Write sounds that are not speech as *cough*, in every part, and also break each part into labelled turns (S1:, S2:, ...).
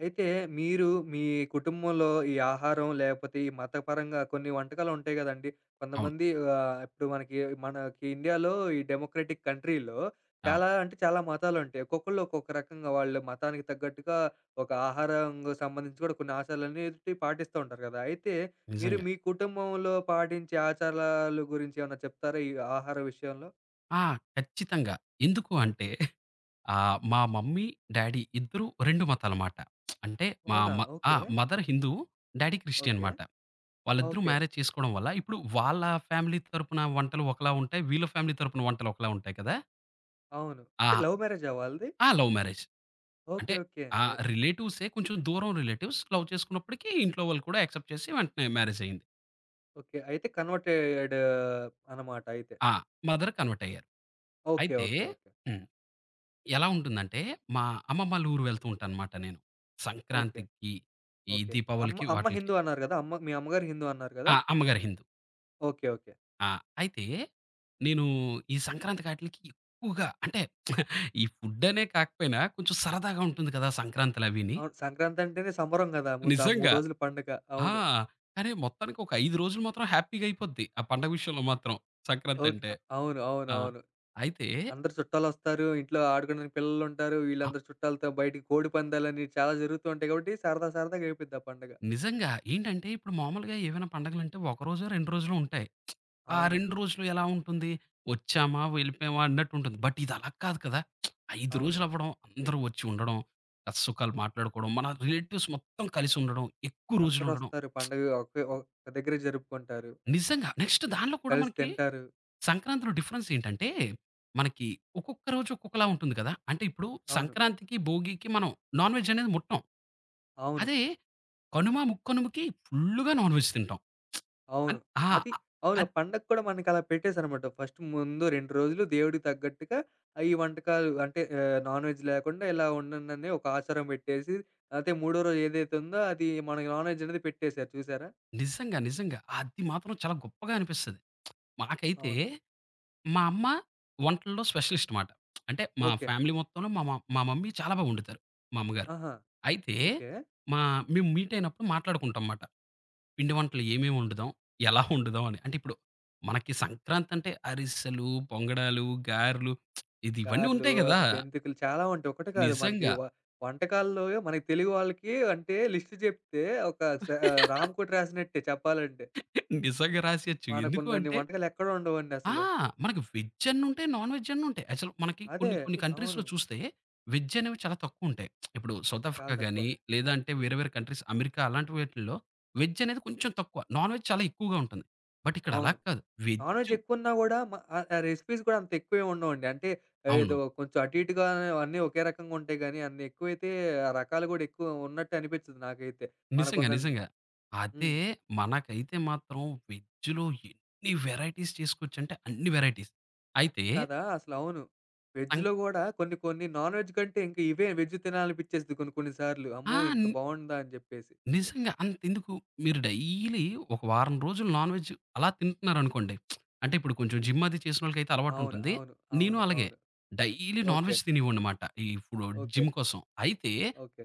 S1: అయితే మీరు మీ కుటుంబంలో ఈ ఆహారం లేకపోతే ఈ మతపరంగా కొన్ని వంటకాలు ఉంటాయి కదండీ!
S2: అవును.
S1: కొంతమంది ఇప్పుడు మనకి మనకి ఇండియాలో ఈ డెమోక్రటిక్ కంట్రీలో
S2: అవును.
S1: చాలా అంటే చాలా మతాలుంటాయి. ఒక్కొక్కళ్ళు ఒక్కొక్క రకంగా వాళ్ళ మతానికి తగ్గట్టుగా ఒక ఆహారంకు సంబంధించి కూడా కొన్ని ఆచారాలనేటివి పాటిస్తూ ఉంటారు కదా! అయితే మీరు
S2: నిజంగా.
S1: మీ కుటుంబంలో పాటించే ఆచారాలు గురించి ఏమన్నా చెప్తారా? ఈ ఆహార విషయంలో?
S2: ఆ! ఖచ్చితంగా. ఎందుకు అంటే మా మమ్మీ, డ్యాడీ ఇద్దరూ 2 మతాలమాట. అంటే మా
S1: అవునా?
S2: మ
S1: okay.
S2: Mother Hindu, daddy Christian
S1: okay.
S2: మాట. వాళ్ళిద్దరూ
S1: ఓకే.
S2: మ్యారేజ్ చేసుకోవడం వల్ల ఇప్పుడు వాళ్ళ ఫ్యామిలీ తరపున వంటలు ఒకలా ఉంటాయి. వీళ్ళ ఫ్యామిలీ తరపున వంటలు ఒకలా ఉంటాయి కదా!
S1: అవును. అంటే
S2: ఆ!
S1: లవ్ మ్యారేజా వాళ్ళది?
S2: ఆ! Love marriage.
S1: ఓకే.
S2: అంటే
S1: ఓకే.
S2: ఆ రిలేటివ్సే కొంచెం దూరం రిలేటివ్స్ లవ్ చేసుకున్నప్పటికి ఇంట్లో వాళ్ళు కూడా యాక్సెప్ట్ చేసి వెంటనే మ్యారేజ్ అయింది.
S1: ఓకే. అయితే కన్వర్టెడ్ అనమాట అయితే.
S2: ఆ! మదర్ కన్వర్ట్ అయ్యారు.
S1: ఓకే.
S2: అయితే
S1: ఓకే. ఓకే.
S2: హ్మ్. ఎలా ఉంటుందంటే, మా అమ్మమ్మళ్ళ ఊరు వెళ్తూ ఉంటానమాట నేను.
S1: ఓకే.
S2: సంక్రాంతికి, ఈ
S1: ఓకే. అమ్మ
S2: దీపావళికి
S1: అమ్మ
S2: వాటిలకి.
S1: హిందూ అన్నారు గదా! మీ అమ్మగారు హిందూ అన్నారు గదా!
S2: అమ్మగారు హిందూ.
S1: ఓకే. ఓకే.
S2: ఆ! అయితే, నేను ఈ సంక్రాంతికి ఆటిలకి ఎక్కువగా అంటే, ఈ ఫుడ్డనే కాకపోయినా కొంచెం సరదాగా ఉంటుంది కదా! సంక్రాంతులవీని.
S1: అవును. సంక్రాంతి అంటేనే సంబరం గదా! ముందు ఆ 3
S2: నిజంగా.
S1: రోజులు పండగ.
S2: ఆ!
S1: అవును.
S2: కానీ మొత్తానికి ఒక 5 రోజులు మాత్రం హ్యాపీగా అయిపోద్ది. ఆ పండగ విషయంలో మాత్రం
S1: ఓకే.
S2: సంక్రాంతంటే.
S1: అవును.
S2: ఆ!
S1: అవును.
S2: అయితే
S1: అందరు చుట్టాలొస్తారు. ఇంట్లో ఆడుకోడానికి పిల్లలుంటారు.
S2: ఆ!
S1: వీళ్ళందరూ చుట్టాలతో బయటికి కోడి పందాలని చాలా జరుగుతూ ఉంటాయి కాబట్టి సరదా సరదాగా అయిపోద్ది ఆ పండగ.
S2: నిజంగా. ఏంటంటే ఇప్పుడు మామూలుగా ఏవైనా పండగలంటే ఒక రోజో, 2 రోజులో ఉంటాయి. ఆ
S1: అవును.
S2: 2 రోజులు ఎలా ఉంటుంది? వచ్చామా, వెళ్ళిపోయామా అన్నట్టుంటుంది. బట్ ఇది అలా కాదు కదా! 5
S1: అవును.
S2: రోజులు అవ్వడం, అందరూ వచ్చి ఉండడం, కష్టసుఖాలు మాట్లాడుకోవడం, మన రిలేటివ్స్ మొత్తం కలిసి ఉండడం, ఎక్కువ రోజులు ఉండడం.
S1: అందరొస్తారు. పండగ ఒకే ఒక దగ్గరే జరుపుకుంటారు.
S2: నిజంగా. నెక్స్ట్ దానిలో కూడా
S1: కలిసి
S2: మనకి
S1: తింటారు.
S2: సంక్రాంతిలో డిఫరెన్స్ ఏంటంటే, మనకి ఒక్కొక్క రోజు ఒక్కొక్కలా ఉంటుంది కదా! అంటే ఇప్పుడు
S1: అవును.
S2: సంక్రాంతికి, భోగికి మనం నాన్ వెజ్ అనేది ముట్టం.
S1: అవును.
S2: అదే కనుమ, ముక్కనుమకి ఫుల్లుగా నాన్‌వెజ్ తింటాం.
S1: అవును.
S2: అన్ ఆ!
S1: అది
S2: ఆ,
S1: అవును. ఆ
S2: అద్
S1: పండగ కూడా మనకలా పెట్టేసారనమాట. ఫస్ట్ ముందు 2 రోజులు దేవుడికి తగ్గట్టుగా ఆ ఈ వంటకాలు అంటే నాన్ వెజ్ లేకుండా ఇలా ఉండండని ఒక ఆచారం పెట్టేసి, అయితే మూడో రోజు ఏదైతే ఉందో అది మనకి నాన్ వెజ్ అనేది పెట్టేసారు చూసారా?
S2: నిజంగా, నిజంగా. అది మాత్రం చాలా గొప్పగా అనిపిస్తది. మాకైతే
S1: అవును.
S2: మా అమ్మ వంటల్లో స్పెషలిస్ట్ మాట. అంటే మా
S1: ఓకే.
S2: ఫ్యామిలీ మొత్తంలో మా మమ్మీ చాలా బా వండుతారు మా అమ్మగారు.
S1: ఆహా!
S2: అయితే
S1: ఓకే.
S2: మా మేము మీట్ అయినప్పుడు మాట్లాడుకుంటాం మాట. పిండి వంటలు ఏమేమి
S1: హుహు.
S2: వండుదాం? ఎలా వండుదాం అని. అంటే ఇప్పుడు మనకి సంక్రాంతి అంటే అరిసెలు, పొంగడాలు, గారెలు ఇవన్నీ
S1: గారెలు,
S2: ఉంటాయి గదా!
S1: జంతికలు చాలా ఉంటాయి. ఒకటి కాదు మనకి
S2: నిజంగా.
S1: వంటకాల్లో మనకి తెలుగు వాళ్ళకి అంటే లిస్ట్ చెప్తే ఒక రామకోటి
S2: *laughs*
S1: రాసినట్టే చెప్పాలంటే.
S2: నిజంగా రాసేయొచ్చు. ఎందుకు
S1: మనకున్నన్ని
S2: అంటే
S1: వంటకాలు ఎక్కడ ఉండవండి
S2: ఆ!
S1: అసలు.
S2: మనకి వెజ్ అన్ని ఉంటాయి. నాన్ వెజ్ అన్ని ఉంటాయి. యాక్చువల్ మనకి
S1: అదే.
S2: కొన్ని కొన్ని
S1: అవును.
S2: కంట్రీస్‌లో చూస్తే వెజ్ అనేవి చాలా తక్కువ ఉంటాయి. ఇప్పుడు సౌత్ ఆఫ్రికా
S1: చాలా తక్కువ.
S2: గాని, లేదంటే వేరే వేరే కంట్రీస్ అమెరికా అలాంటి వీటిల్లో వెజ్ అనేది కొంచెం తక్కువ. నాన్ వెజ్ చాలా ఎక్కువగా ఉంటుంది. బట్ ఇక్కడ అలా
S1: అవును.
S2: కాదు.
S1: నాన్
S2: వెజ్
S1: వెజ్ ఎక్కువున్నా గూడా ఆ రెసిపీస్ కూడా అంత ఎక్కువేమి ఉండవండి. అంటే ఆ, ఏదో
S2: అవును.
S1: కొంచెం అటు ఇటుగా అన్నీ ఒకే రకంగా ఉంటాయి గానీ, అన్ని ఎక్కువైతే ఆ రకాలు గూడా ఎక్కువ ఉన్నట్టు అనిపించదు నాకైతే.
S2: నిజంగా.
S1: మనకున్నన్ని.
S2: నిజంగా. అదే
S1: హ్మ్.
S2: మనకైతే మాత్రం వెజ్‌లో ఎన్ని వెరైటీస్ చేసుకోవచ్చంటే అన్ని వెరైటీస్. అయితే
S1: కదా! అసలు అవును.
S2: సం
S1: వెజ్‌లో గూడా కొన్ని కొన్ని నాన్ వెజ్ కంటే ఇంకా ఇవే వెజ్ తినాలనిపించేసిద్ది కొన్ని కొన్ని సార్లు.
S2: ఆ!
S1: అమ్మో! ఇంత బావుందా అని చెప్పేసి.
S2: నిజంగా అంతెందుకు మీరు డైలీ ఒక వారం రోజులు నాన్ వెజ్ అలా తింటున్నారనుకోండి. అంటే ఇప్పుడు కొంచెం జిమ్ అది చేసినోళ్ళకైతే
S1: అవును.
S2: అలవాటుంటుంది. నేను
S1: అవును.
S2: అలాగే
S1: అవును.
S2: Daily non
S1: okay.
S2: వెజ్ తినేవాడినమాట. ఇప్పుడు
S1: ఓకే.
S2: జిమ్ కోసం. అయితే
S1: ఓకే.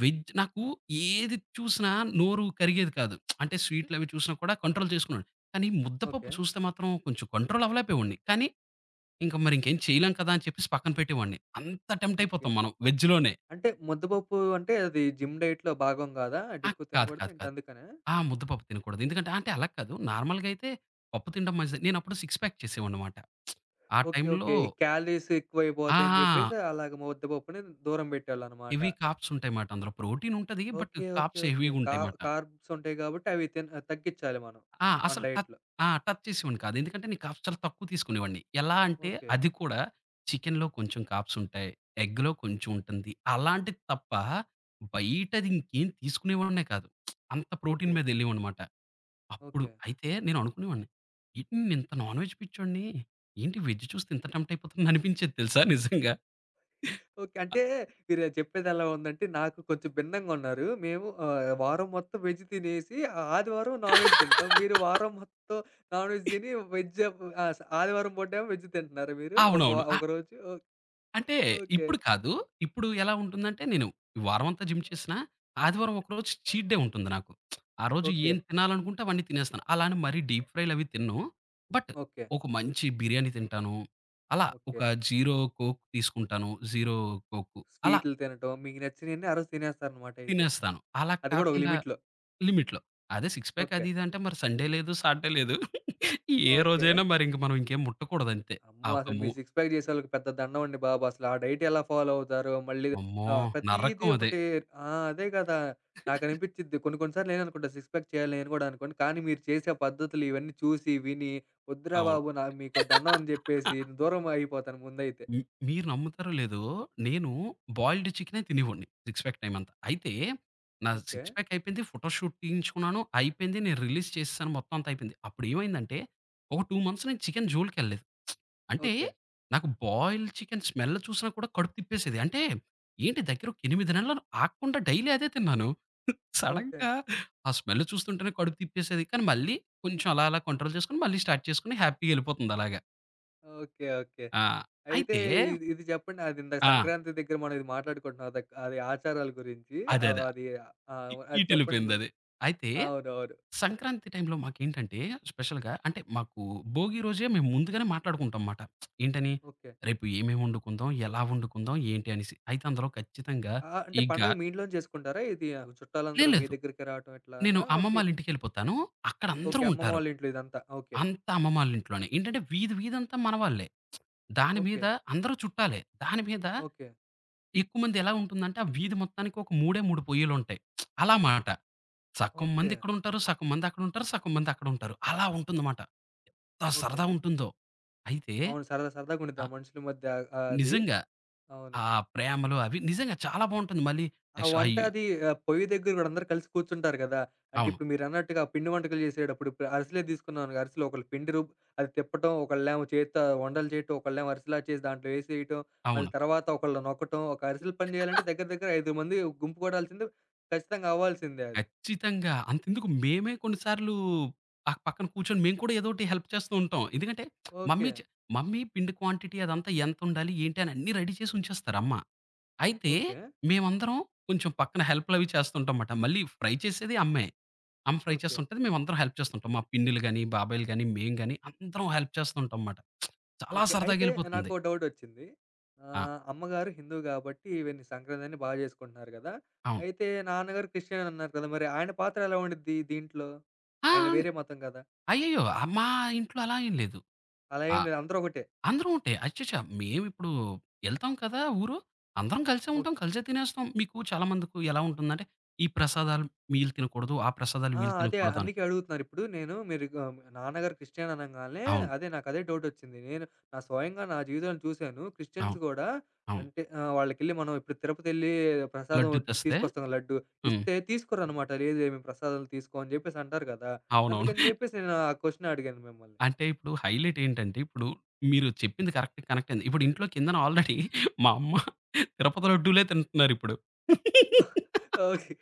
S2: వెజ్ నాకు ఏది చూసినా నోరు కరిగేది కాదు. అంటే స్వీట్‌లవి చూసినా కూడా కంట్రోల్ చేసుకున్నాను. కానీ ముద్దపప్పు
S1: ఓకే.
S2: చూస్తే మాత్రం కొంచెం కంట్రోల్ అవ్వలేకపోయేవాడిని. కానీ ఇంక మరి ఇంకేం చేయలేం కదా! అని చెప్పేసి పక్కన పెట్టేవాడిని. అంత టెంప్ట్
S1: ఓకే.
S2: అయిపోతాం మనం వెజ్‌లోనే.
S1: అంటే ముద్దపప్పు అంటే అది జిమ్ డైట్‌లో భాగం గాదా? అంటే
S2: ఆ!
S1: ఎక్కువ
S2: కాదు
S1: తినగూడదా
S2: కాదు
S1: ఏంటి
S2: కాదు.
S1: అందుకనా?
S2: ముద్దపప్పు తినకూడదు. ఎందుకంటే అంటే అలా కాదు. నార్మల్‌గా అయితే పప్పు తినడం మంచిది. నేనప్పుడు సిక్స్ ప్యాక్ చేసేవాడినమాట. ఆ
S1: ఓకే.
S2: టైంలో
S1: ఓకే. ఈ క్యాలరీస్
S2: ఆ!
S1: ఎక్కువైపోతాయని
S2: ఆ!
S1: జెప్పేసి అలాగ ముద్దపప్పుని దూరం పెట్టేవాళ్ళనమాట.
S2: హెవీ కార్బ్స్ ఉంటాయిమాట అందులో. ప్రోటీన్ ఉంటది. But
S1: okay.
S2: Carbs
S1: okay.
S2: హెవీగా ఉంటాయిమాట.
S1: కార్బ్స్ ఉంటాయి గాబట్టి అవి తగ్గిచ్చాలి మనం.
S2: ఆ!
S1: మన
S2: అసలు టచ్
S1: డైట్‌లో.
S2: ఆ! టచ్ చేసేవాడిని కాదు. ఎందుకంటే నేను కార్బ్స్ చాలా తక్కువ తీసుకునేవాడిని. ఎలా అంటే
S1: ఓకే.
S2: అది కూడా చికెన్‌లో కొంచెం కార్బ్స్ ఉంటాయి. ఎగ్‌లో కొంచెం ఉంటుంది. అలాంటిది తప్ప బయటది ఇంకేం తీసుకునేవాడినే కాదు. అంత ప్రోటీన్
S1: ఓకే.
S2: మీద వెళ్ళేవాడినమాట. అప్పుడు
S1: ఓకే.
S2: అయితే నేను అనుకునేవాడిని. ఏంటి నేనింత నాన్ వెజ్ పిచ్చోడిని, ఏంటి వెజ్ చూస్తే ఇంత టెంప్ట్ అయిపోతున్నా అనిపించేది తెలుసా నిజంగా.
S1: ఓకే. అంటే మీరు చెప్పేదెలా ఉందంటే నాకు కొంచెం భిన్నంగున్నారు. మేము వారం మొత్తం వెజ్ తినేసి ఆ ఆదివారం నాన్ వెజ్ తింటాం. మీరు వారం మొత్తం నాన్ వెజ్ తిని వెజ్ ఆహ్, స ఆదివారం పూటేమో వెజ్ తింటున్నారా మీరు? ఒక
S2: అవునవును.
S1: ఒక రోజు.
S2: అంటే
S1: ఓకే.
S2: ఇప్పుడు కాదు. ఇప్పుడు ఎలా ఉంటుందంటే నేను వారమంతా జిమ్ చేసినా, ఆదివారం ఒకరోజు చీట్ డే ఉంటుంది నాకు. ఆ రోజు
S1: ఓకే.
S2: ఏం తినాలనుకుంటే అవన్నీ తినేస్తాను. అలా అని మరీ డీప్ ఫ్రైలు అవి తినను. But
S1: okay.
S2: ఒక మంచి బిర్యానీ తింటాను. అలా
S1: ఓకే.
S2: ఒక జీరో కోక్ తీసుకుంటాను. జీరో కోక్ అలా
S1: స్వీటులు తినటం, మీకు నచ్చినయన్నీ ఆ రోజు తినేస్తారనమాట అయితే.
S2: తినేస్తాను. అలా
S1: అది గూడా ఒక
S2: కాకుండా
S1: లిమిట్‌లో.
S2: లిమిట్‌లో. అదే సిక్స్ ప్యాక్
S1: ఓకే.
S2: అది ఇది అంటే మరి సండే లేదు, సాటర్‌డే లేదు. ఏ
S1: ఓకే.
S2: రోజైనా మరి ఇంక మనం ఇంకేం ముట్టకూడదంతే. ఆ
S1: అమ్మో!
S2: ఒక
S1: అసలు
S2: మూ
S1: మీరు సిక్స్ ప్యాక్ చేసేవాళ్ళకి పెద్ద దండం అండి బాబు. అసలు ఆ డైట్ ఎలా ఫాలో అవుతారో మళ్ళీ
S2: అమ్మో!
S1: ప్రతీదీ
S2: నరకం అది.
S1: ఒకటి. ఆ! అదే గదా! నాకనిపిచ్చిద్ది. కొన్ని కొన్ని సార్లు నేననుకుంటా సిక్స్ ప్యాక్ చేయాలి నేను గూడా అనుకోని. కానీ మీరు చేసే పద్ధతులు ఇవన్నీ చూసి, విని వద్దురా
S2: అవును.
S1: బాబు నా మీకో దండం అని జెప్పేసి దూరం అయిపోతాను ముందైతే.
S2: మీరు నమ్ముతారో లేదో, నేను బాయిల్డ్ చికెనే తినేవాడిని. సిక్స్ ప్యాక్ టైమ్ అంతా. అయితే నా
S1: ఓకే.
S2: సిక్స్ ప్యాక్ అయిపోయింది. ఫోటో షూట్ తీయించుకున్నాను. అయిపోయింది. నేను రిలీజ్ చేసేసాను. మొత్తం అంతా అయిపోయింది. అప్పుడు ఏమైందంటే ఒక 2 మంత్స్ నేను చికెన్ జోలికెళ్ళలేదు. అంటే
S1: ఓకే.
S2: నాకు బాయిల్డ్ చికెన్ స్మెల్ చూసినా కూడా కడుపు తిప్పేసేది. అంటే ఏంటి దగ్గర ఒక 8 నెలలు ఆగకుండా డైలీ అదే తిన్నాను.
S1: ఓకే.
S2: సడెన్‌గా ఆ స్మెల్ చూస్తుంటేనే కడుపు తిప్పేసేది. కానీ మళ్ళీ కొంచెం అలా అలా కంట్రోల్ చేసుకొని మళ్ళీ స్టార్ట్ చేసుకొని హ్యాపీగా ఎళ్ళిపోతుంది అలాగా.
S1: ఓకే.
S2: ఆ!
S1: అయితే
S2: అయితే
S1: ఇది ఇది చెప్పండి. అది ఇందాక
S2: ఆ!
S1: సంక్రాంతి దగ్గర మనం ఇది మాట్లాడుకుంటున్నాం. అది ఆచారాల గురించి.
S2: అదే.
S1: ఆహ్,
S2: అదే.
S1: అది
S2: ఇ
S1: అది చెప్పండి ముందు.
S2: ఇటెళ్ళిపోయిందది. అయితే
S1: అవునవును.
S2: సంక్రాంతి టైంలో మాకేంటంటే స్పెషల్‌గా అంటే మాకు భోగి రోజే మేము ముందుగానే మాట్లాడుకుంటాం మాట. ఏంటని?
S1: ఓకే.
S2: రేపు ఏమేమి వండుకుందాం? ఎలా వండుకుందాం? ఏంటి అనేసి. అయితే అందులో ఖచ్చితంగా
S1: అంటే
S2: ఈ గా
S1: పండగ మీ ఇంట్లోనే చేసుకుంటారా? ఇది ఆ,
S2: లేదు.
S1: చుట్టాలందరూ మీ
S2: లేదు.
S1: దగ్గరికి రావటం
S2: నేను
S1: ఇట్లానా? అంటే
S2: అమ్మమ్మళ్ళింటికెళ్ళిపోతాను. అక్కడ
S1: ఓకే.
S2: అందరూ
S1: అమ్మమ్మ
S2: ఉంటారు.
S1: వాళ్ళ ఇంట్లో ఇదంతా. ఓకే.
S2: అంతా అమ్మమ్మళ్ళింట్లోనే. ఏంటంటే వీధి వీధంతా మనవాళ్ళే. దాని
S1: ఓకే.
S2: మీద అందరూ చుట్టాలే. దాని మీద
S1: ఓకే.
S2: ఎక్కువ మంది ఎలా ఉంటుందంటే ఆ వీధి మొత్తానికి ఒక మూడే 3 పొయ్యిలుంటాయి. అలా మాట. సగం
S1: ఓకే.
S2: మంది ఇక్కడుంటారు. సగం మంది అక్కడుంటారు. సగం మంది అక్కడుంటారు. అలా ఉంటుందమాట. ఎంత
S1: ఓకే.
S2: సరదా ఉంటుందో. అయితే
S1: అవును. సరదా సరదాగుండిద్ది ఆ
S2: ఆహ్,
S1: మనుషుల మధ్య అది.
S2: నిజంగా
S1: అవును.
S2: ఆ ప్రేమలు అవి నిజంగా చాలా బావుంటుంది. మళ్ళీ
S1: ఆ
S2: నెక్స్ట్
S1: వంట
S2: అయ్యో!
S1: అది. పొయ్యి దగ్గర గూడా అందరూ కలిసి కూర్చుంటారు గదా! అంటే
S2: అవును.
S1: ఇప్పుడు మీరన్నట్టుగా పిండి వంటకాలు చేసేటప్పుడు ఇప్పుడు అరిసెలే తీసుకున్నానుగా అరిసెలు ఒకళ్ళు పిండి రూబ్ అది తిప్పటం, ఒకళ్ళేమో చేత్తో ఉండలు చేయటం, ఒకళ్ళేమో అరిసెలా చేసి దాంట్లో ఏసేయటం, మళ్ళీ
S2: అవును.
S1: తర్వాత ఒకళ్ళు నొక్కటం, ఒక అరిసెల పని చేయాలంటే దగ్గర దగ్గర 5 మంది గుంపు గూడాల్సిందే ఖచ్చితంగా అవ్వాల్సిందే అది.
S2: ఖచ్చితంగా. అంతెందుకు మేమే కొన్ని సార్లు ఆ పక్కన కూర్చొని మేము కూడా ఏదోటి హెల్ప్ చేస్తూ ఉంటాం. ఎందుకంటే
S1: ఓకే.
S2: మమ్మీ చె మమ్మీ పిండి క్వాంటిటీ అదంతా ఎంతుండాలి? ఏంటి? అని అన్నీ రెడీ చేసి ఉంచేస్తారు అమ్మ. అయితే
S1: ఓకే.
S2: మేమందరం కొంచెం పక్కన హెల్ప్‌లవి చేస్తుంటాం మాట. మళ్ళీ ఫ్రై చేసేది అమ్మే. అమ్మ ఫ్రై
S1: ఓకే.
S2: చేస్తుంటది. మేమందరం హెల్ప్ చేస్తుంటాం. మా పిన్నిలు గాని, బాబాయిలు గాని, మేము గాని అందరం హెల్ప్ చేస్తూ ఉంటాంమాట. చాలా
S1: ఓకే. అయితే
S2: సరదాగెళ్ళిపోతుంది.
S1: నాకో డౌటొచ్చింది.
S2: ఆ!
S1: అమ్మగారు హిందువు గాబట్టి ఈవెన్ సంక్రాంతని బా జేసుకుంటున్నారు గదా!
S2: అవును.
S1: అయితే నాన్నగారు క్రిస్టియన్ అన్నారు కదా! మరి ఆయన పాత్ర ఎలా ఉండిద్ది దీంట్లో?
S2: ఆ!
S1: ఆయన వేరే మతం గదా!
S2: అయ్యయ్యో! మా ఇంట్లో అలా ఏం లేదు.
S1: అలా
S2: ఆ!
S1: ఏం లేదు, అందరూ ఒకటే.
S2: అందరం ఒకటే. అచ్చచ్చ! మేమిప్పుడు ఎళ్తాం కదా! ఊరు. అందరం కలిసే ఉంటాం.
S1: ఓకే.
S2: కలిసే తినేస్తాం. మీకు చాలా మందికి ఎలా ఉంటుందంటే, ఈ ప్రసాదాలు వీళ్ళు తినకూడదు. ఆ ప్రసాదాలు
S1: ఆ!
S2: వీళ్ళు
S1: అదే
S2: తినకూడదు అని.
S1: అందుకే అడుగుతున్నారు. ఇప్పుడు నేను మీరు గ నాన్నగారు క్రిస్టియన్ అనంగాలనే
S2: అవును.
S1: అదే నాకదే డౌటొచ్చింది. నా స్వయంగా నా జీవితంలో చూసాను. క్రిస్టియన్స్
S2: అవును.
S1: గూడా
S2: అవును.
S1: అంటే వాళ్ళకెళ్ళి మనం ఇప్పుడు తిరుపతెళ్లి ప్రసాదం
S2: లడ్డు తెస్తే
S1: తీసుకొస్తాం లడ్డు.
S2: హ్మ్.
S1: ఇస్తే తీసుకోరనమాట. లేదు లేదు మేము ప్రసాదాలు తీసుకోం అని జెప్పేసి అంటారు గదా!
S2: అవునవును.
S1: అందుకని జెప్పేసి నేను ఆ క్వెషన్ అడిగాను మిమ్మల్ని.
S2: అంటే ఇప్పుడు హైలైట్ ఏంటంటే, ఇప్పుడు మీరు చెప్పింది కరెక్ట్ కనెక్ట్ అయింది. ఇప్పుడు ఇంట్లో కిందన ఆల్రెడీ *laughs* మా అమ్మ తిరుపతి లడ్డూలే తింటున్నారిప్పుడు. *laughs*
S1: ఓకే.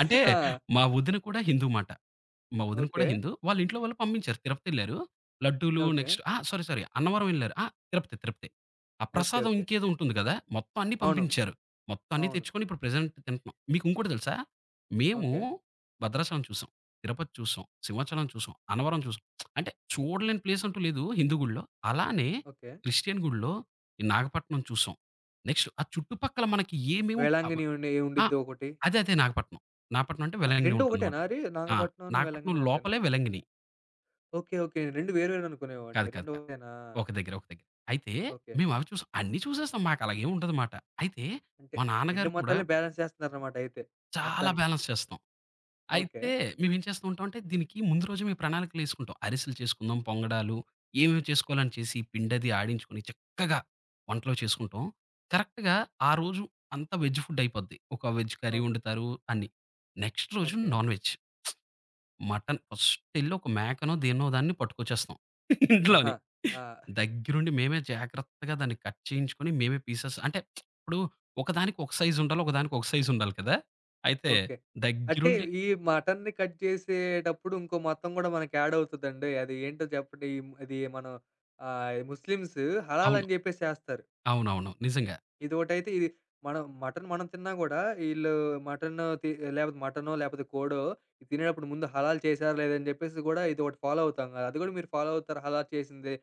S2: అంటే
S1: ఆ!
S2: మా వదిన కూడా హిందూ మాట. మా వదిన కూడా
S1: ఓకే.
S2: హిందూ. వాళ్ళ ఇంట్లో వాళ్ళు పంపించారు. తిరుపతెళ్లారు. లడ్డూలు
S1: ఓకే.
S2: నెక్స్ట్ ఆ! సారీ, సారీ అన్నవరం ఎళ్లారు. తిరుపతి, తిరుపతి. ఆ ప్రసాదం
S1: ఓకే.
S2: ఇంకేదో ఉంటుంది గదా! మొత్తం అన్నీ
S1: అవును.
S2: పంపించారు. మొత్తం అన్నీ
S1: అవును.
S2: తెచ్చుకొని ఇప్పుడు ప్రెజెంట్ తింటున్నాం. మీకు ఇంకోటి తెలుసా? మేము
S1: ఓకే.
S2: భద్రాచలం చూసాం. తిరుపతి చూసాం. సింహాచలం చూసాం. అన్నవరం చూసాం. అంటే చూడలేని ప్లేస్ అంటూ లేదు హిందూ గుడిలో. అలానే
S1: ఓకే.
S2: క్రిస్టియన్ గుడిలో ఈ నాగపట్నం చూసాం. నెక్స్ట్ ఆ చుట్టుపక్కల మనకి ఏమేముంట
S1: వేళాంగిణి ఉండి
S2: ఆ!
S1: ఉండిద్ది ఒకటి.
S2: అదే. అదే నాగపట్నం. నాగపట్నం అంటే వెల్లంగిని
S1: 2 ఒకటేనా?
S2: ఉంటుందన్నమాట.
S1: అరే!
S2: ఆ!
S1: నాగపట్నంను,
S2: నాగపట్నం
S1: వేళాంగిణి ఒకటేనా?
S2: లోపలే వెల్లంగిని.
S1: ఓకే. ఓకే. 2 వేరు వేరు అనుకునేవాడిని.
S2: కాదు. కాదు.
S1: 2
S2: కాదు.
S1: ఒకటేనా?
S2: ఒక దగ్గర. అయితే
S1: ఓకే.
S2: మేమవి చూసాం. అన్నీ చూసేసాం. మాకలాగేం ఉండదుమాట. అయితే
S1: అంటే
S2: మా
S1: 2
S2: నాన్నగారు కూడా
S1: మతాల్ని బ్యాలెన్స్ చేస్తున్నారన్నమాట అయితే
S2: చాలా
S1: మొత్తానికి.
S2: బ్యాలెన్స్ చేస్తాం.
S1: ఓకే.
S2: అయితే మేమేం చేస్తూ ఉంటామంటే దీనికి ముందు రోజే మేము ప్రణాళికలేసుకుంటాం. అరిసెలు చేసుకుందాం, పొంగడాలు ఏమేమి చేసుకోవాలని చేసి పిండది ఆడించుకొని చక్కగా వంటలు చేసుకుంటాం. కరెక్ట్‌గా ఆ రోజు అంతా వెజ్ ఫుడ్ అయిపోద్ది. ఒక వెజ్ కర్రీ
S1: ఓహ్!
S2: వండుతారు అన్నీ. నెక్స్ట్ రోజు
S1: ఓకే.
S2: Non veg. మటన్ ఫస్టెళ్లి ఒక మేకనో, దేన్నో దాన్ని పట్టుకొచ్చేస్తాం *laughs*
S1: ఆహా!
S2: ఇంట్లోని.
S1: ఆ!
S2: దగ్గరుండి మేమే జాగ్రత్తగా దాన్ని కట్ చేయించుకొని, మేమే పీసెస్ అంటే ఇప్పుడు ఒకదానికి ఒక సైజుండాలి. ఒకదానికి ఒక సైజుండాలి కదా! అయితే
S1: ఓకే. అంటే
S2: దగ్గరుండి
S1: ఈ మటన్‌ని కట్ చేసేటప్పుడు ఇంకో మతం గూడా మనకి యాడ్ అవుతదండి. అది ఏంటో చెప్పండి? ఈ అది మనం ముస్లిమ్స్ హలాల్
S2: అవును.
S1: అని జెప్పేసి చేస్తారు.
S2: అవునవును. నిజంగా.
S1: ఇదొకటైతే ఇది మనం మటన్ మనం తిన్నా గూడా, ఈళ్ళు మటను తి లేపోతే మటనో, లేపోతే కోడో ఇది తినేటప్పుడు ముందు హలాలు చేశారా లేదా అని జెప్పేసి గూడా ఇదొకటి ఫాలో అవుతాం గదా! అది గూడా మీరు ఫాలో అవుతారా? హలాల్ చేసిందే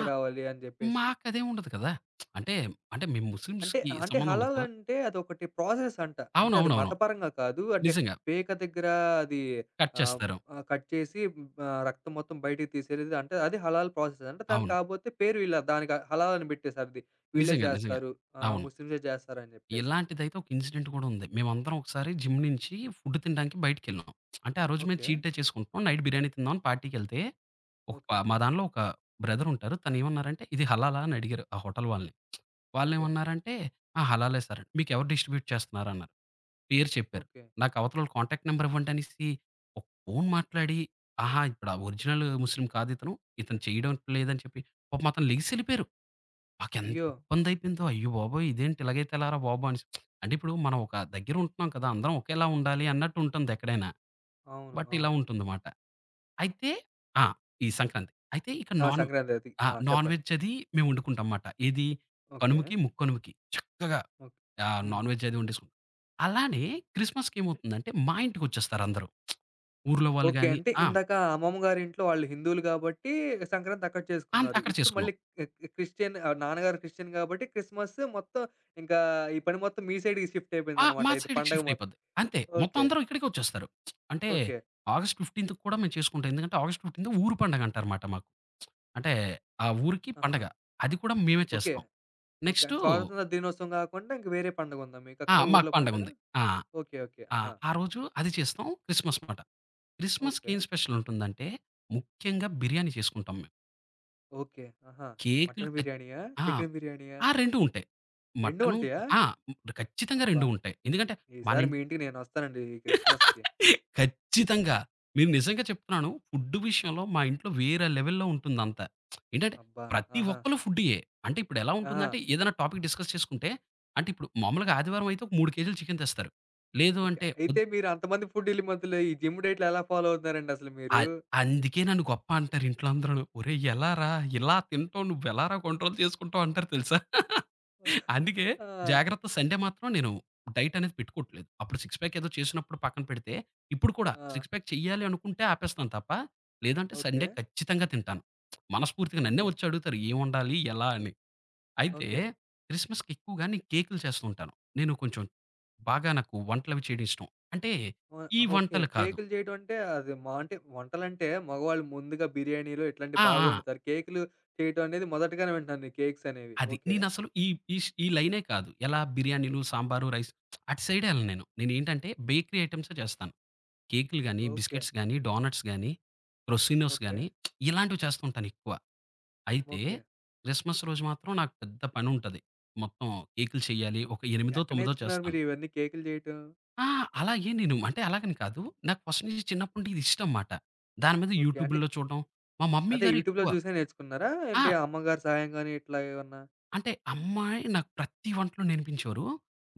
S2: ఆ!
S1: అని జెప్పేసి.
S2: మాకదేం ఉండదు కదా! అంటే, అంటే మేము
S1: అంటే
S2: ముస్లిమ్స్‌కి
S1: అంటే
S2: సంబంధం ఉండదు
S1: హలాల్
S2: కదా!
S1: అంటే అదొకటి ప్రాసెస్ అంట. అంటే అది
S2: అవునవునవును.
S1: మతపరంగా కాదు. అంటే
S2: నిజంగా.
S1: పేక దగ్గర అది
S2: కట్
S1: ఆహ్,
S2: చేస్తారు.
S1: ఆహ్, కట్ చేసి రక్తం మొత్తం బయటికి తీసేది అంటే అది హలాల్ ప్రాసెస్ అంట. దానికి
S2: అవును.
S1: కాపోతే పేరు వీళ్ళ దానికి హలాల్ అని బెట్టేసారది. వీళ్ళే
S2: నిజంగా.
S1: జేస్తారు.
S2: అవును.
S1: ముస్లిమ్సే జేస్తారని జెప్పేసి.
S2: ఇలాంటిదైతే ఒక ఇన్సిడెంట్ కూడా ఉంది. మేమందరం ఒకసారి జిమ్ నుంచి ఫుడ్ తినడానికి బయటికెళ్ళాం. అంటే ఆ రోజు మేము
S1: ఓకే.
S2: చీట్ డే చేసుకుంటున్నాం. నైట్ బిర్యానీ తిందామని పార్టీకెళ్తే ఒక ప
S1: ఓకే.
S2: మా దానిలో ఒక బ్రదర్ ఉంటారు. తనేమన్నారంటే ఇది హలాలా అని అడిగారు ఆ హోటల్ వాళ్ళని.
S1: ఓకే.
S2: వాళ్ళేమన్నారంటే హలాలే సార్ అని. మీకెవరు డిస్ట్రిబ్యూట్ చేస్తున్నారన్నారు. పేరు చెప్పారు.
S1: ఓకే.
S2: నాకు అవతలోళ్ళ కాంటాక్ట్ నంబర్ ఇవ్వండి అనేసి ఒక ఫోన్ మాట్లాడి ఆహా! ఇప్పుడు ఆ ఒరిజినల్ ముస్లిం కాదితను. ఇతను ఇతను చేయడం లేదని చెప్పి పాపం అతను లెగిసెళ్ళిపోయారు. నాకెంత
S1: అయ్యో!
S2: ఇబ్బందయిపోయిందో అయ్య బాబోయ్! ఇదేంటి ఇలాగైతే ఎలారా బాబు అనేసి. అంటే ఇప్పుడు మనం ఒక దగ్గర ఉంటున్నాం కదా! అందరం ఒకేలా ఉండాలి అన్నట్టు ఉంటుంది ఎక్కడైనా.
S1: అవును.
S2: బట్ ఇలా ఉంటుందమాట. అయితే ఆ! ఈ సంక్రాంతి. అయితే ఇక
S1: ఆ!
S2: నాన్
S1: సంక్రాంతి అది.
S2: ఆ!
S1: ఆ!
S2: నాన్
S1: చెప్పండి.
S2: వెజ్ అది మేము వండుకుంటాంమాట. ఏది
S1: ఓకే.
S2: కనుమకి, ముక్కనుమకి చక్కగా
S1: ఓకే. హ్మ్.
S2: నాన్ వెజ్ అది వండేసుకుంటాం. అలానే క్రిస్మస్‌కి ఏమవుతుందంటే మా ఇంటికొచ్చేస్తారందరూ. ఊర్లో వాళ్ళు
S1: ఓకే.
S2: గాని
S1: అంటే
S2: ఆ!
S1: ఇందాక అమ్మమ్మ గారింట్లో వాళ్ళు హిందువులు గాబట్టి సంక్రాంతి అక్కడ
S2: అంత్
S1: చేసుకున్నారు.
S2: అక్కడ
S1: ఇప్పుడు
S2: చేసుకున్నాం.
S1: మళ్ళీ క్రిస్టియన్, నాన్నగారు క్రిస్టియన్ గాబట్టి క్రిస్మస్ మొత్తం ఇంకా ఈ పని మొత్తం మీ సైడ్‌కి షిఫ్ట్ అయిపోయిందనమాట
S2: మా
S1: అయితే
S2: సైడ్‌కి
S1: పండగ
S2: షిఫ్ట్
S1: మొత్తం.
S2: అయిపోద్ది. అంతే. మొత్తం
S1: ఓకే.
S2: అందరూ ఇక్కడికే వచ్చేస్తారు. అంటే
S1: ఓకే.
S2: ఆగస్ట్ 15థ్ కూడా మేము చేసుకుంటాం. ఎందుకంటే ఆగస్ట్ 15థ్ ఊరు పండగ అంటారన్నమాట మాకు. అంటే ఆ ఊరికి
S1: ఆహా!
S2: పండగ. అది కూడా మేమే
S1: ఓకే.
S2: చేస్తాం.
S1: ఓకే.
S2: నెక్స్టు
S1: అంటే స్వాతంత్ర దినోత్సవం గాకుండా ఇంక వేరే పండగుందా
S2: ఆ!
S1: మీకక్కడ
S2: మాకు
S1: ఊర్లో పండగ?
S2: పండగుంది. ఆ!
S1: ఓకే.
S2: ఆ!
S1: ఆహా!
S2: ఆ రోజు అది చేస్తాం. క్రిస్మస్ మాట. క్రిస్మస్‌కి
S1: ఓకే.
S2: ఏం స్పెషల్ ఉంటుందంటే ముఖ్యంగా బిర్యానీ చేసుకుంటాం మేము.
S1: ఆహా!
S2: కేకులు
S1: మటన్
S2: ఖచ్
S1: బిర్యానీయా?
S2: ఆ!
S1: చికెన్ బిర్యానీయా?
S2: ఆ! 2 ఉంటాయి.
S1: 2
S2: మటను
S1: ఉంటాయా?
S2: ఆ! ఖచ్చితంగా
S1: అబ్బా!
S2: 2 ఉంటాయి. ఎందుకంటే మన
S1: ఈసారి మీ ఇంటికి నేనొస్తానండి ఈ క్రిస్మస్‌కి.
S2: ఖచ్చితంగా. నేను నిజంగా చెప్తున్నాను. ఫుడ్ విషయంలో మా ఇంట్లో వేరే లెవెల్‌లో ఉంటుందంతా. ఏంటంటే
S1: అబ్బా!
S2: ప్రతి
S1: ఆహా!
S2: ఒక్కళ్ళు ఫుడ్డీయే. అంటే ఇప్పుడెలా
S1: ఆహా!
S2: ఉంటుందంటే ఏదైనా టాపిక్ డిస్కస్ చేసుకుంటే అంటే ఇప్పుడు మామూలుగా ఆదివారం అయితే ఒక 3 కేజీలు చికెన్ తెస్తారు. లేదు
S1: ఓకే.
S2: అంటే వద్
S1: అయితే మీరు అంతమంది ఫుడ్డీల మధ్యలో ఈ జిమ్ డైట్‌లు ఎలా ఫాలో అవుతున్నారండి అసలు
S2: అ
S1: మీరు?
S2: అందుకే నన్ను గొప్ప అంటారు ఇంట్లో అందరూను. "ఒరేయ్! ఎలారా? ఇలా తింటావు నువ్వు ఎలారా కంట్రోల్ చేసుకుంటావు" అంటారు తెలుసా? అందుకే
S1: ఆ!
S2: జాగ్రత్త సండే మాత్రం నేను డైట్ అనేది పెట్టుకోవట్లేదు. అప్పుడు సిక్స్ ప్యాక్ ఏదో చేసినప్పుడు పక్కన పెడితే, ఇప్పుడు కూడా
S1: ఆ!
S2: సిక్స్ ప్యాక్ చెయ్యాలి అనుకుంటే ఆపేస్తాను తప్ప, లేదంటే
S1: ఓకే.
S2: సండే ఖచ్చితంగా తింటాను. మనస్ఫూర్తిగా నన్నే
S1: ఓకే.
S2: వచ్చి అడుగుతారు ఏం వండాలి? ఎలా అని? అయితే
S1: ఓకే.
S2: క్రిస్మస్‌కి ఎక్కువగా నేను కేకులు చేస్తూ ఉంటాను. నేను కొంచెం బాగా నాకు వంటలవి చేయడం ఇష్టం. అంటే ఈ
S1: ఓహ్! ఓకే.
S2: వంటలు కాదు.
S1: కేకులు చేయడం అంటే అది మా అంటే వంటలంటే మగవాళ్ళు ముందుగా బిర్యానీలు ఇట్లాంటివి
S2: ఆ!
S1: బాగా
S2: ఆ!
S1: వండుతారు. కేకులు చేయటం అనేది మొదటగానే వింటున్నాను నేను కేక్స్ అనేవి.
S2: అది.
S1: ఓకే.
S2: నేనసలు ఈ ఈ ష్ ఈ లైనే కాదు. ఎలా బిర్యానీలు, సాంబారు, రైస్ అటు సైడే ఎళ్ళను నేను. నేనేంటంటే బేకరీ ఐటెమ్సే చేస్తాను. కేకులు గాని,
S1: ఓకే.
S2: బిస్కెట్స్ గాని, డోనట్స్ గాని, క్రొసినోస్
S1: ఓకే.
S2: గాని ఇలాంటివి చేస్తూ ఉంటాను ఎక్కువ. అయితే
S1: ఓకే.
S2: క్రిస్మస్ రోజు మాత్రం నాకు పెద్ద పనుంటది. మొత్తం కేకులు చేయాలి. ఒక 8,
S1: ఎక్కడ
S2: 9
S1: నేర్చుకున్నారు
S2: చేస్తాను.
S1: మీరు ఇవన్నీ కేకులు చేయటం?
S2: ఆ! అలాగే నేను అంటే అలాగని కాదు. నాకు ఫస్ట్ నుంచి చిన్నప్పటి నుండి ఇది ఇష్టం మాట. దాని మీద
S1: ఓకే. అంటే
S2: యూట్యూబుల్లో చూడడం. మా మమ్మీ
S1: అదే
S2: గారు
S1: యూట్యూబ్‌లో
S2: ఎక్కువ
S1: చూసే నేర్చుకున్నారా?
S2: ఆ!
S1: అంటే అమ్మగారి సహాయం గాని ఇట్లా ఏమన్నా?
S2: అంటే అమ్మాయి నాకు ప్రతి వంటలో నేర్పించారు.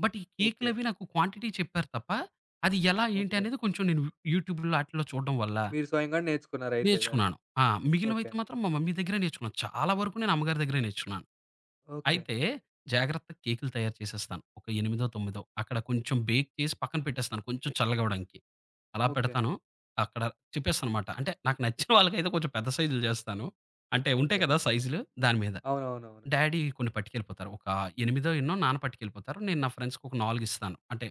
S2: బట్ ఈ
S1: ఓకే.
S2: కేకులవి నాకు క్వాంటిటీ చెప్పారు తప్ప, అది ఎలా ఏంటి
S1: ఓకే.
S2: అనేది కొంచెం నేను యూట్యూబ్‌లో ఆటిల్లో చూడడం వల్ల
S1: మీరు స్వయంగానే నేర్చుకున్నారయితే అది.
S2: నేర్చుకున్నాను. ఆ!
S1: ఓకే.
S2: మిగిలినవైతే మాత్రం మా మమ్మీ దగ్గరే నేర్చుకున్నాను. చాలా వరకు నేను అమ్మగారి దగ్గరే నేర్చుకున్నాను.
S1: ఓకే.
S2: అయితే జాగ్రత్తగా కేకులు తయారు చేసేస్తాను. ఒక 8, 9 అక్కడ కొంచెం బేక్ చేసి పక్కన పెట్టేస్తాను కొంచెం చల్లగవ్వడానికి. అలా
S1: ఓకే.
S2: పెడతాను. అక్కడ తిప్పేస్తానమాట. అంటే నాకు నచ్చిన వాళ్ళకైతే కొంచెం పెద్ద సైజులు చేస్తాను. అంటే ఉంటాయి
S1: ఓకే.
S2: కదా సైజులు దాని మీద.
S1: అవునవునవును.
S2: డ్యాడీ కొన్ని పట్టుకెళ్ళిపోతారు. ఒక ఎనిమిదో ఎన్నో నాన్న పట్టుకెళ్ళిపోతారు. నేను నా ఫ్రెండ్స్‌కి ఒక 4 ఇస్తాను. అంటే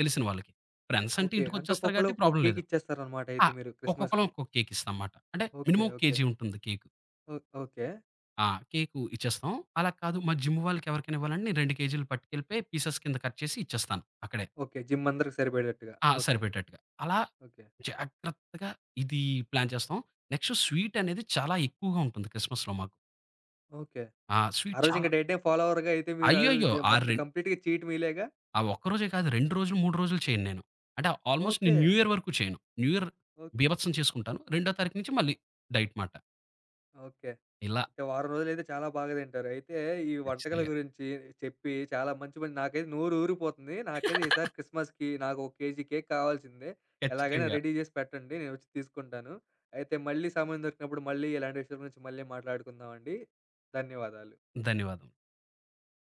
S2: తెలిసిన వాళ్ళకి. ఫ్రెండ్స్ అంటే
S1: ఓకే. అంటే
S2: ఇంటికొచ్చేస్తారు
S1: ఒక్కొక్కళ్ళు
S2: కాబట్టి
S1: ఒక్కొక్క
S2: ప్రాబ్లమ్
S1: కేక్
S2: లేదు.
S1: ఇచ్చేస్తారనమాట
S2: ఆ!
S1: అయితే మీరు
S2: ఒక్కొక్కళ్ళం
S1: క్రిస్మస్‌కి.
S2: ఒక్కొక్క కేక్ ఇస్తాం మాట. అంటే
S1: ఓకే.
S2: మినిమమ్ కేజీ ఉంటుంది కేకు.
S1: ఓ ఓకే.
S2: ఆ! కేకు ఇచ్చేస్తాం. అలా కాదు మా జిమ్ వాళ్ళకి ఎవరికైనా ఇవ్వాలంటే నేను 2 కేజీలు పట్టుకెళ్ళిపోయి పీసెస్ కింద కట్ చేసి ఇచ్చేస్తాను అక్కడే.
S1: ఓకే. జిమ్ అందరికి సరిపడేట్టుగా. ఓకే.
S2: సరిపెట్టేట్టుగా. అలా
S1: ఓకే.
S2: జాగ్రత్తగా ఇది ప్లాన్ చేస్తాం. నెక్స్ట్ స్వీట్ అనేది చాలా ఎక్కువగా ఉంటుంది క్రిస్మస్‌లో మాకు.
S1: ఓకే. ఆ
S2: స్వీట్
S1: రోజు ఇంక
S2: చాలా
S1: డైట్ ఫాలోవర్‌గా అయితే మీరు ఆ రోజు
S2: అయ్యయ్యో!
S1: మొత్తం కంప్లీట్‌గా చీట్ మీలేగా?
S2: ఆ ఒక్కరోజే కాదు 2 రోజులు, 3 రోజులు చేయను నేను. అంటే ఆల్‌మోస్ట్
S1: ఓకే.
S2: నేను న్యూ ఇయర్ వరకు చేయను. న్యూ ఇయర్
S1: ఓ
S2: బీభత్సం చేసుకుంటాను. రెండో తారీఖు నుంచి మళ్ళీ డైట్ మాట.
S1: ఓకే.
S2: ఇలా
S1: అయితే వారం రోజులైతే చాలా బాగా తింటారు. అయితే ఈ వంటకాల
S2: ఖచ్చితంగా.
S1: గురించి చెప్పి చాలా మంచి మంచి నాకైతే నోరు ఊరిపోతుంది. నాకైతే ఈసారి
S2: *laughs*
S1: క్రిస్మస్‌కి నాకు ఒక కేజీ కేక్ కావాల్సిందే. ఎలాగైనా
S2: ఖచ్చితంగా.
S1: రెడీ చేసి పెట్టండి. నేనొచ్చి తీసుకుంటాను. అయితే మళ్ళీ సమయం దొరికినప్పుడు మళ్ళీ ఇలాంటి విషయాల గురించి మళ్ళీ మాట్లాడుకుందామండి. ధన్యవాదాలు.
S2: ధన్యవాదం.